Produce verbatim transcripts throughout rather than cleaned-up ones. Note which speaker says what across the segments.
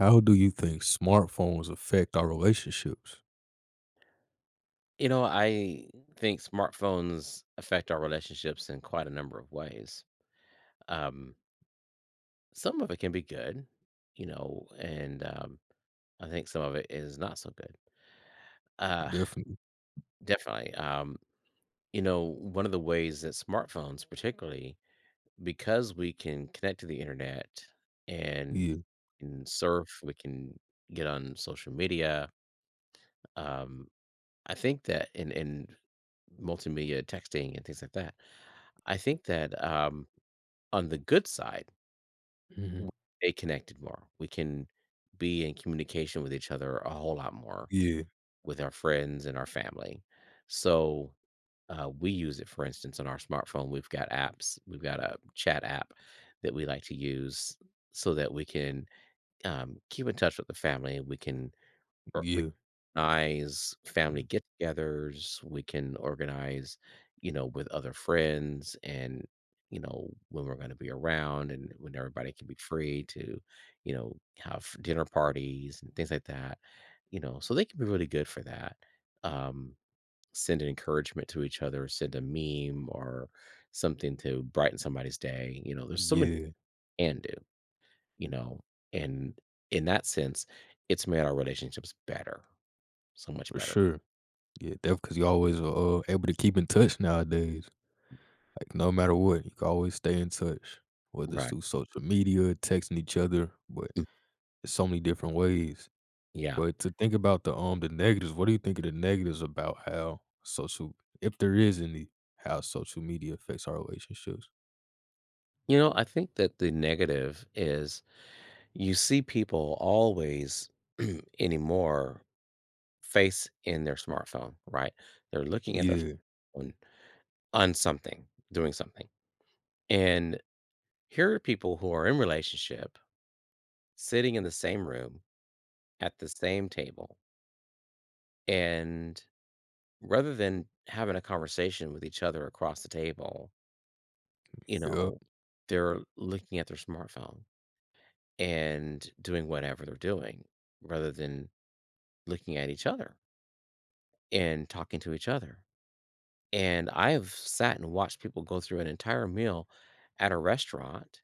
Speaker 1: How do you think smartphones affect our relationships?
Speaker 2: You know, I think smartphones affect our relationships in quite a number of ways. Um, some of it can be good, you know, and um, I think some of it is not so good. Uh,
Speaker 1: Definitely.
Speaker 2: Definitely. Um, you know, one of the ways that smartphones, particularly because we can connect to the internet and,
Speaker 1: Yeah.
Speaker 2: and surf, we can get on social media. Um, I think that in in multimedia texting and things like that, I think that, um, on the good side,
Speaker 1: hmm
Speaker 2: we stay connected more. We can be in communication with each other a whole lot more
Speaker 1: Yeah.
Speaker 2: with our friends and our family. So, uh, we use it, for instance. On our smartphone, we've got apps, we've got a chat app that we like to use so that we can, um, keep in touch with the family. We can
Speaker 1: Yeah.
Speaker 2: organize family get-togethers, we can organize, you know, with other friends, and, you know, when we're gonna be around and when everybody can be free to, you know, have dinner parties and things like that, you know, so they can be really good for that. Um, send an encouragement to each other, send a meme or something to brighten somebody's day, you know, there's so many
Speaker 1: Yeah.
Speaker 2: you can do, you know, and in that sense, it's made our relationships better, so much
Speaker 1: For
Speaker 2: better.
Speaker 1: sure. Yeah. Definitely because you always are uh, able to keep in touch nowadays. Like, no matter what, you can always stay in touch, whether it's
Speaker 2: Right.
Speaker 1: through social media, texting each other, but there's so many different ways.
Speaker 2: Yeah.
Speaker 1: But to think about the um the negatives, what do you think of the negatives about how social, if there is any, how social media affects our relationships?
Speaker 2: You know, I think that the negative is you see people always anymore face in their smartphone, right? They're looking at their
Speaker 1: Yeah.
Speaker 2: phone on something, doing something. And here are people who are in relationship sitting in the same room at the same table. And rather than having a conversation with each other across the table, you
Speaker 1: Yep.
Speaker 2: know, they're looking at their smartphone and doing whatever they're doing rather than looking at each other and talking to each other. And I have sat and watched people go through an entire meal at a restaurant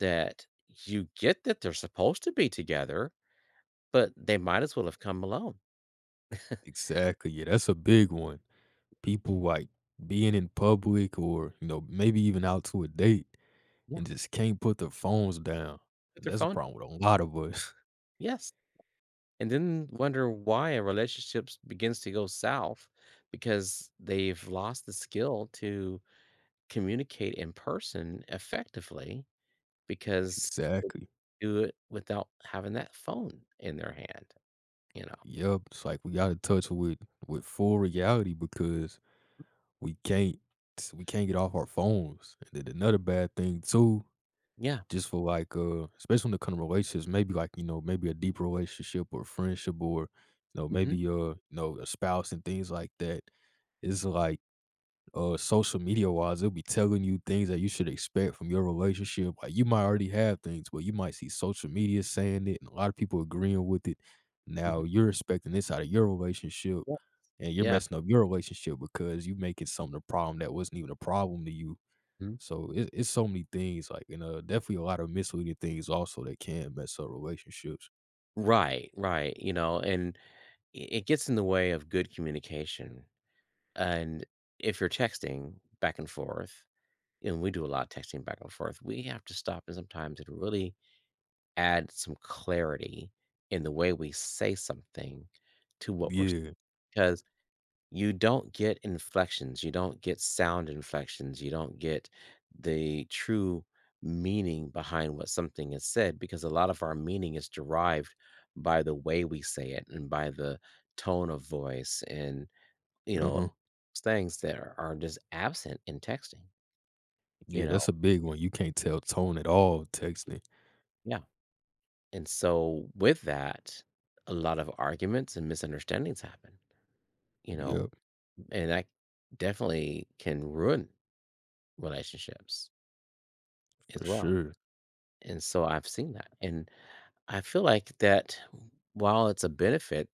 Speaker 2: that you get that they're supposed to be together, but they might as well have come alone.
Speaker 1: Exactly. Yeah. That's a big one. People like being in public or, you know, maybe even out to a date
Speaker 2: Yeah.
Speaker 1: and just can't put their phones down.
Speaker 2: With
Speaker 1: And
Speaker 2: their
Speaker 1: that's a
Speaker 2: phone.
Speaker 1: problem with a lot of us.
Speaker 2: Yes. And then wonder why a relationship begins to go south because they've lost the skill to communicate in person effectively because they
Speaker 1: Exactly.
Speaker 2: do it without having that phone in their hand, you know?
Speaker 1: Yep. It's like we got in touch with with full reality because we can't we can't get off our phones. And then another bad thing too,
Speaker 2: Yeah.
Speaker 1: just for like uh, especially when it comes to relationships, maybe like, you know, maybe a deep relationship or friendship or, you know,
Speaker 2: Mhm,
Speaker 1: maybe uh you know, a spouse and things like that. It's like uh social media wise, it'll be telling you things that you should expect from your relationship. Like you might already have things, but you might see social media saying it and a lot of people agreeing with it.
Speaker 2: mhm.
Speaker 1: Now you're expecting this out of your relationship
Speaker 2: Yeah,
Speaker 1: and you're
Speaker 2: yeah.
Speaker 1: messing up your relationship because you making something a problem that wasn't even a problem to you.
Speaker 2: Mhm.
Speaker 1: So it, it's so many things like and uh definitely a lot of misleading things also that can mess up relationships.
Speaker 2: Right, right, you know, and I it gets in the way of good communication, and if you're texting back and forth, and we do a lot of texting back and forth, we have to stop and sometimes and really add some clarity in the way we say something to what we're s
Speaker 1: Yeah.
Speaker 2: 'Cause you don't get inflections, you don't get sound inflections, you don't get the true meaning behind what something is said because a lot of our meaning is derived by the way we say it and by the tone of voice and, you know,
Speaker 1: Uh-huh.
Speaker 2: things that are are just absent in texting, you
Speaker 1: Yeah,
Speaker 2: know?
Speaker 1: that's a big one. You can't tell tone at all texting.
Speaker 2: Yeah, and so with that, a lot of arguments and misunderstandings happen, you know,
Speaker 1: Yep,
Speaker 2: and that definitely can ruin relationships as
Speaker 1: for
Speaker 2: well.
Speaker 1: sure.
Speaker 2: And so I've seen that, and I feel like that while it's a benefit,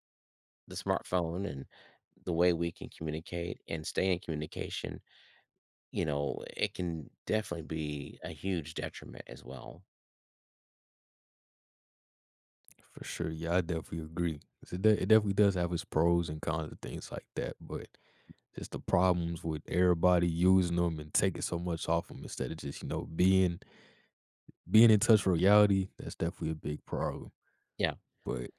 Speaker 2: the smartphone and the way we can communicate and stay in communication, you know, it can definitely be a huge detriment as well.
Speaker 1: For sure. Yeah, I definitely agree. 'Cause It, de- it definitely does have its pros and cons and things like that, but just the problems with everybody using them and taking so much off them instead of just, you know, being being in touch with reality, that's definitely a big problem.
Speaker 2: Yeah.
Speaker 1: But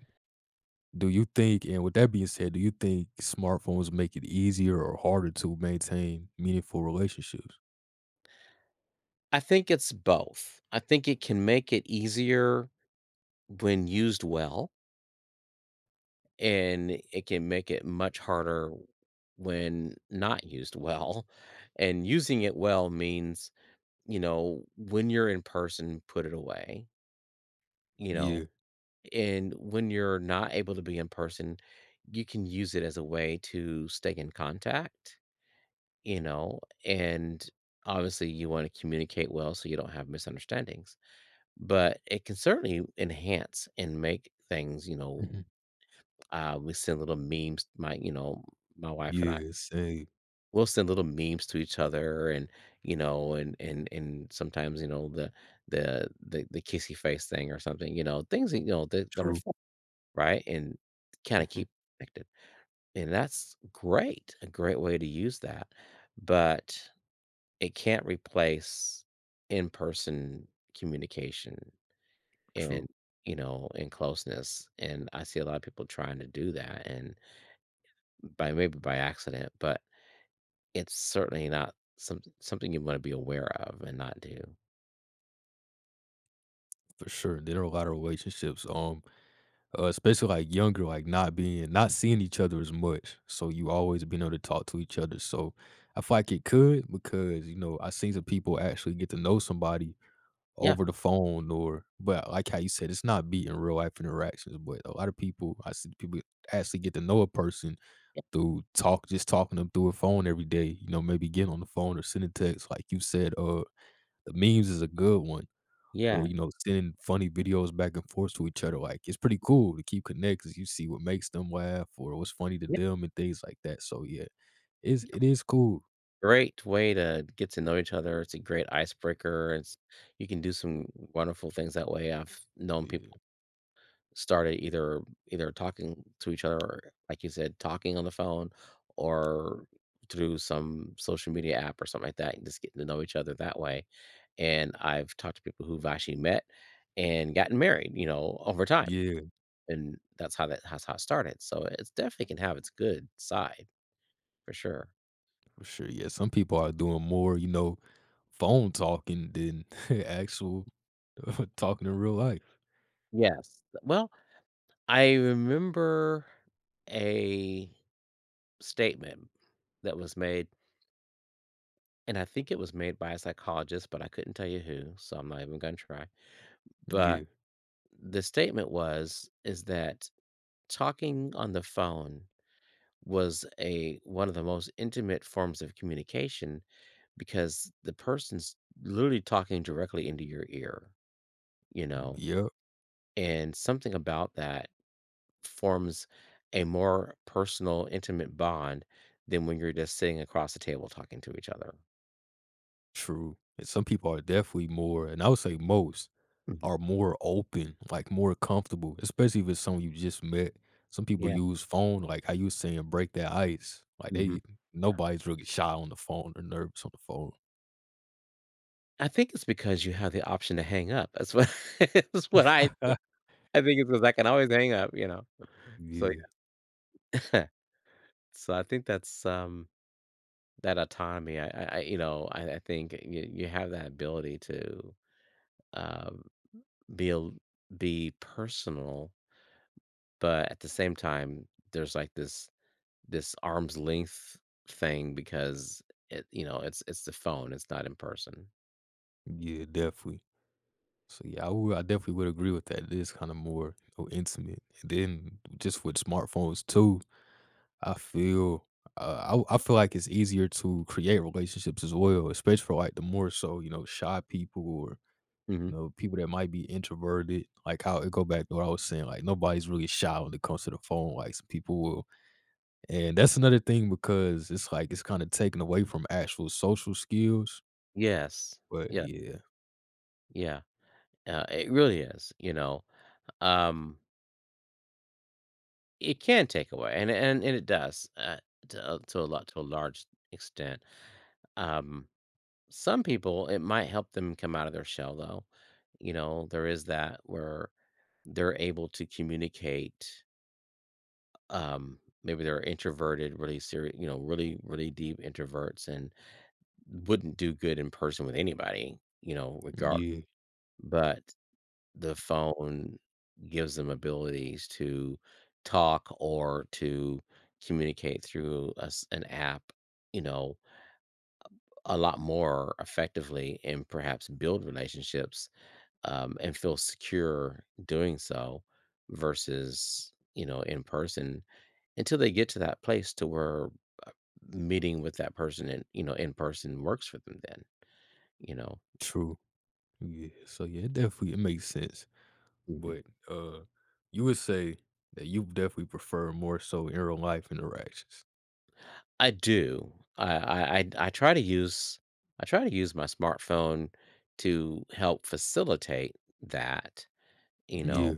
Speaker 1: do you think, and with that being said, do you think smartphones make it easier or harder to maintain meaningful relationships?
Speaker 2: I think it's both. I think it can make it easier when used well, and it can make it much harder when not used well. And using it well means, you know, when you're in person, put it away, you know,
Speaker 1: Yeah.
Speaker 2: and when you're not able to be in person, you can use it as a way to stay in contact, you know, and obviously you want to communicate well so you don't have misunderstandings, but it can certainly enhance and make things, you know,
Speaker 1: Mhm.
Speaker 2: uh, we send little memes, my you know, my wife and I
Speaker 1: Yeah, same.
Speaker 2: will send little memes to each other. And you know, and and and sometimes you know, the the the, the kissy face thing or something, you know, things that you know that, that are
Speaker 1: True.
Speaker 2: right? And kinda
Speaker 1: Mhm.
Speaker 2: keep connected, and that's great, a great way to use that, but it can't replace in-person communication and,
Speaker 1: True.
Speaker 2: you know, and closeness. And I see a lot of people trying to do that and by maybe by accident, but it's certainly not some something you wanna be aware of and not do.
Speaker 1: For sure. There are a lot of relationships. Um Uh, especially like younger, like not being not seeing each other as much. So you always being able to talk to each other. So I feel like it could because, you know, I seen some people actually get to know somebody
Speaker 2: Yeah,
Speaker 1: over the phone or, but like how you said, it's not beating real life interactions. But a lot of people, I see people actually get to know a person
Speaker 2: yeah,
Speaker 1: through talk just talking to them through a phone every day, you know, maybe getting on the phone or sending text. Like you said, uh the memes is a good one or,
Speaker 2: yeah.
Speaker 1: you know, sending funny videos back and forth to each other, like, it's pretty cool to keep connected. You see what makes them laugh or what's funny to them and things like that, so, yeah, it's it is cool.
Speaker 2: Great way to get to know each other. It's a great icebreaker. It's you can do some wonderful things that way. I've known
Speaker 1: Yeah.
Speaker 2: people started either either talking to each other or like you said, talking on the phone or through some social media app or something like that and just getting to know each other that way. And I've talked to people who've actually met and gotten married, you know, over time.
Speaker 1: Yeah,
Speaker 2: And that's how that that's how it started. So it's definitely can have its good side, for sure.
Speaker 1: for sure, yeah, some people are doing more, you know, phone talking than actual talking in real life.
Speaker 2: Yes. Well, I remember a statement that was made, and I think it was made by a psychologist, but I couldn't tell you who, so I'm not even gonna try. But
Speaker 1: Yeah.
Speaker 2: the statement was is that talking on the phone was a one of the most intimate forms of communication because the person's literally talking directly into your ear, you know?
Speaker 1: Yep,
Speaker 2: And something about that forms a more personal, intimate bond than when you're just sitting across the table talking to each other.
Speaker 1: true, and some people are definitely more, and I would say most
Speaker 2: Mhm.
Speaker 1: are more open, like more comfortable, especially if it's someone you just met. Some people
Speaker 2: Yeah.
Speaker 1: use phone, like how you was saying, break that ice. Like
Speaker 2: Mhm.
Speaker 1: they
Speaker 2: Yeah.
Speaker 1: nobody's really shy on the phone or nervous on the phone.
Speaker 2: I think it's because you have the option to hang up. That's what that's what I I think it's because I can always hang up, you know? So,
Speaker 1: Yeah,
Speaker 2: yeah. So, I think that's, um, that autonomy. I I I You know, I I think you you have that ability to, um, be a l be personal, but at the same time, there's, like, this this arm's length thing because it you know, it's it's the phone, it's not in person.
Speaker 1: yeah, definitely. So yeah, I would, I definitely would agree with that. It is kind of more, you know, intimate. And then just with smartphones too, I feel uh, I I feel like it's easier to create relationships as well, especially for like the more so, you know, shy people or, you
Speaker 2: Mhm.
Speaker 1: know, people that might be introverted, like how it go back to what I was saying, like nobody's really shy when it comes to the phone, like some people will. And that's another thing because it's like it's kind of taken away from actual social skills.
Speaker 2: Yes.
Speaker 1: But
Speaker 2: Yeah,
Speaker 1: yeah,
Speaker 2: yeah. Uh, it really is, you know? Um, it can take away, and and and it does, uh, to a- to a lot to a large extent. Um, some people, it might help them come out of their shell, though. You know, there is that where they're able to communicate, um, maybe they're introverted, really serious. You know, really, really deep introverts, and wouldn't do good in person with anybody, you know, regard,
Speaker 1: yeah,
Speaker 2: but the phone gives them abilities to talk or to communicate through a s an app, you know, a lot more effectively and perhaps build relationships, um, and feel secure doing so versus, you know, in person until they get to that place to where, uh, meeting with that person and you know, in person works for them then, you know?
Speaker 1: true. Yeah. So yeah, it definitely it makes sense.
Speaker 2: Mhm.
Speaker 1: But uh you would say that you definitely prefer more so in real life interactions.
Speaker 2: I do. I I I I try to use I try to use my smartphone to help facilitate that, you know,
Speaker 1: Yeah,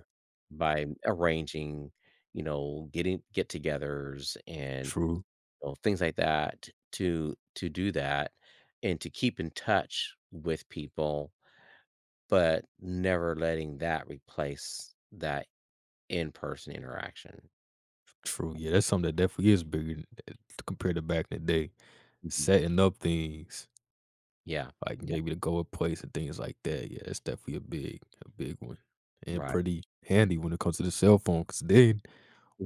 Speaker 2: by arranging, you know, getting get-togethers and,
Speaker 1: true,
Speaker 2: you know, things like that to to do that and to keep in touch with people, but never letting that replace that in-person interaction.
Speaker 1: true. Yeah, that's something that definitely is bigger than- compared to back in the day
Speaker 2: Mhm.
Speaker 1: setting up things.
Speaker 2: Yeah.
Speaker 1: Like,
Speaker 2: Yeah.
Speaker 1: maybe to go a place and things like that. Yeah, that's definitely a big a big one, and
Speaker 2: Right.
Speaker 1: pretty handy when it comes to the cell phone. Cause then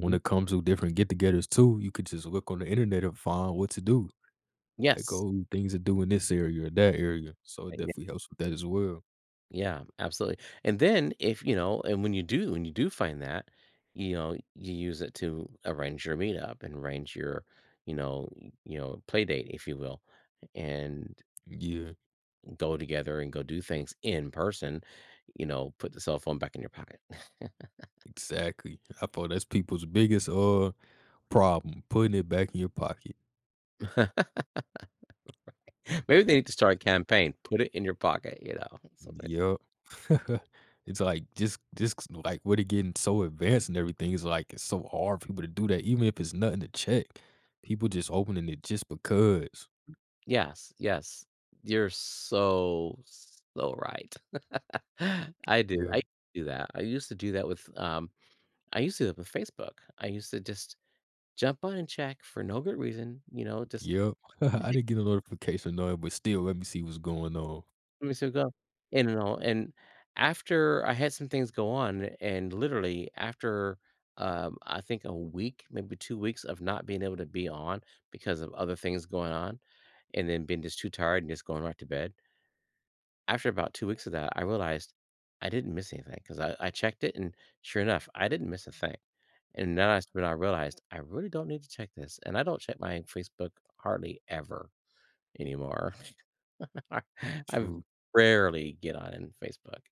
Speaker 1: when it comes to different get-togethers too, you could just look on the internet and find what to do, like,
Speaker 2: Yes.
Speaker 1: "Oh, things to do in this area or that area," so it
Speaker 2: Yeah.
Speaker 1: definitely helps with that as well.
Speaker 2: Yeah, absolutely. And then if you know, and when you do, when you do find that, you know, you use it to arrange your meetup and arrange your, you know, y- you know, play date, if you will, and
Speaker 1: Yeah,
Speaker 2: go together and go do things in person. You know, put the cell phone back in your pocket.
Speaker 1: exactly. I thought that's people's biggest, uh, problem, putting it back in your pocket.
Speaker 2: Maybe they need to start a campaign. Put it in your pocket. You know, something like that.
Speaker 1: Yup. It's like just just like with it getting so advanced and everything, it's like it's so hard for people to do that, even if it's nothing to check. People just opening it just because.
Speaker 2: Yes, yes, you're so so right. I did.
Speaker 1: Yep,
Speaker 2: I do that. I used to do that with um I used to do that with Facebook. I used to just jump on and check for no good reason, you know, just
Speaker 1: yep.
Speaker 2: let me
Speaker 1: I
Speaker 2: take-
Speaker 1: didn't get a notification on it, but still let me see what's going on.
Speaker 2: let me see what go. And, you know, and after I had some things go on, and literally after um, I think a week, maybe two weeks of not being able to be on because of other things going on, and then being just too tired and just going right to bed. After about two weeks of that, I realized I didn't miss anything 'cause I I checked it, and sure enough, I didn't miss a thing, and then that's when I realized I really don't need to check this, and I don't check my Facebook hardly ever anymore. I
Speaker 1: True.
Speaker 2: rarely get on in Facebook,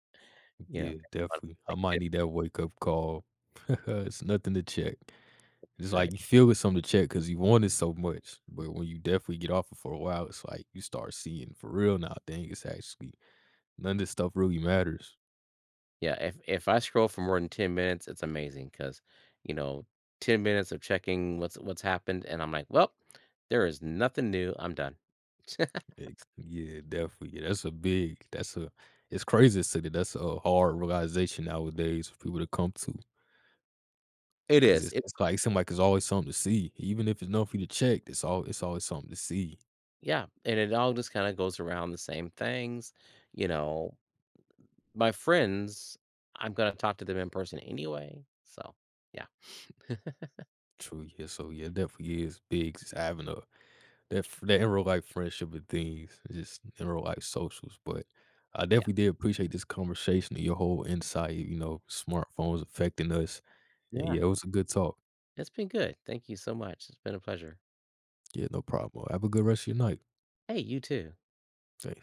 Speaker 2: you know?
Speaker 1: Yeah,
Speaker 2: on-
Speaker 1: definitely. I might
Speaker 2: it-
Speaker 1: need that wake up call. It's nothing to check. It's like
Speaker 2: Check.
Speaker 1: you feel it's something to check because you want it so much. But when you definitely get off it for a while, it's like you start seeing for real now. Dang, it's actually none of this stuff really matters.
Speaker 2: Yeah, if if I scroll for more than ten minutes, it's amazing because you know, ten minutes of checking what's what's happened, and I'm like, "Well, there is nothing new, I'm done."
Speaker 1: Ex Yeah, definitely. Yeah, that's a big that's a it's crazy to say that that's a hard realization nowadays for people to come to,
Speaker 2: It
Speaker 1: 'cause
Speaker 2: is.
Speaker 1: it's it's like seem like it's always something to see. Even if it's nothing for you to check, it's all. It's always something to see.
Speaker 2: Yeah, and it all just kinda goes around the same things, you know, my friends, I'm gonna talk to them in person anyway, so, yeah,
Speaker 1: True, yeah, so, yeah, it definitely is big just having a that f that in real life friendship and things, just in real life socials, but I
Speaker 2: yeah,
Speaker 1: definitely did appreciate this conversation and your whole insight, you know, smartphones affecting us, and
Speaker 2: yeah,
Speaker 1: yeah, it was a good talk.
Speaker 2: it's been good, thank you so much, it's been a pleasure.
Speaker 1: Yeah, no problem. Have a good rest of your night.
Speaker 2: Hey, you too.
Speaker 1: Sí.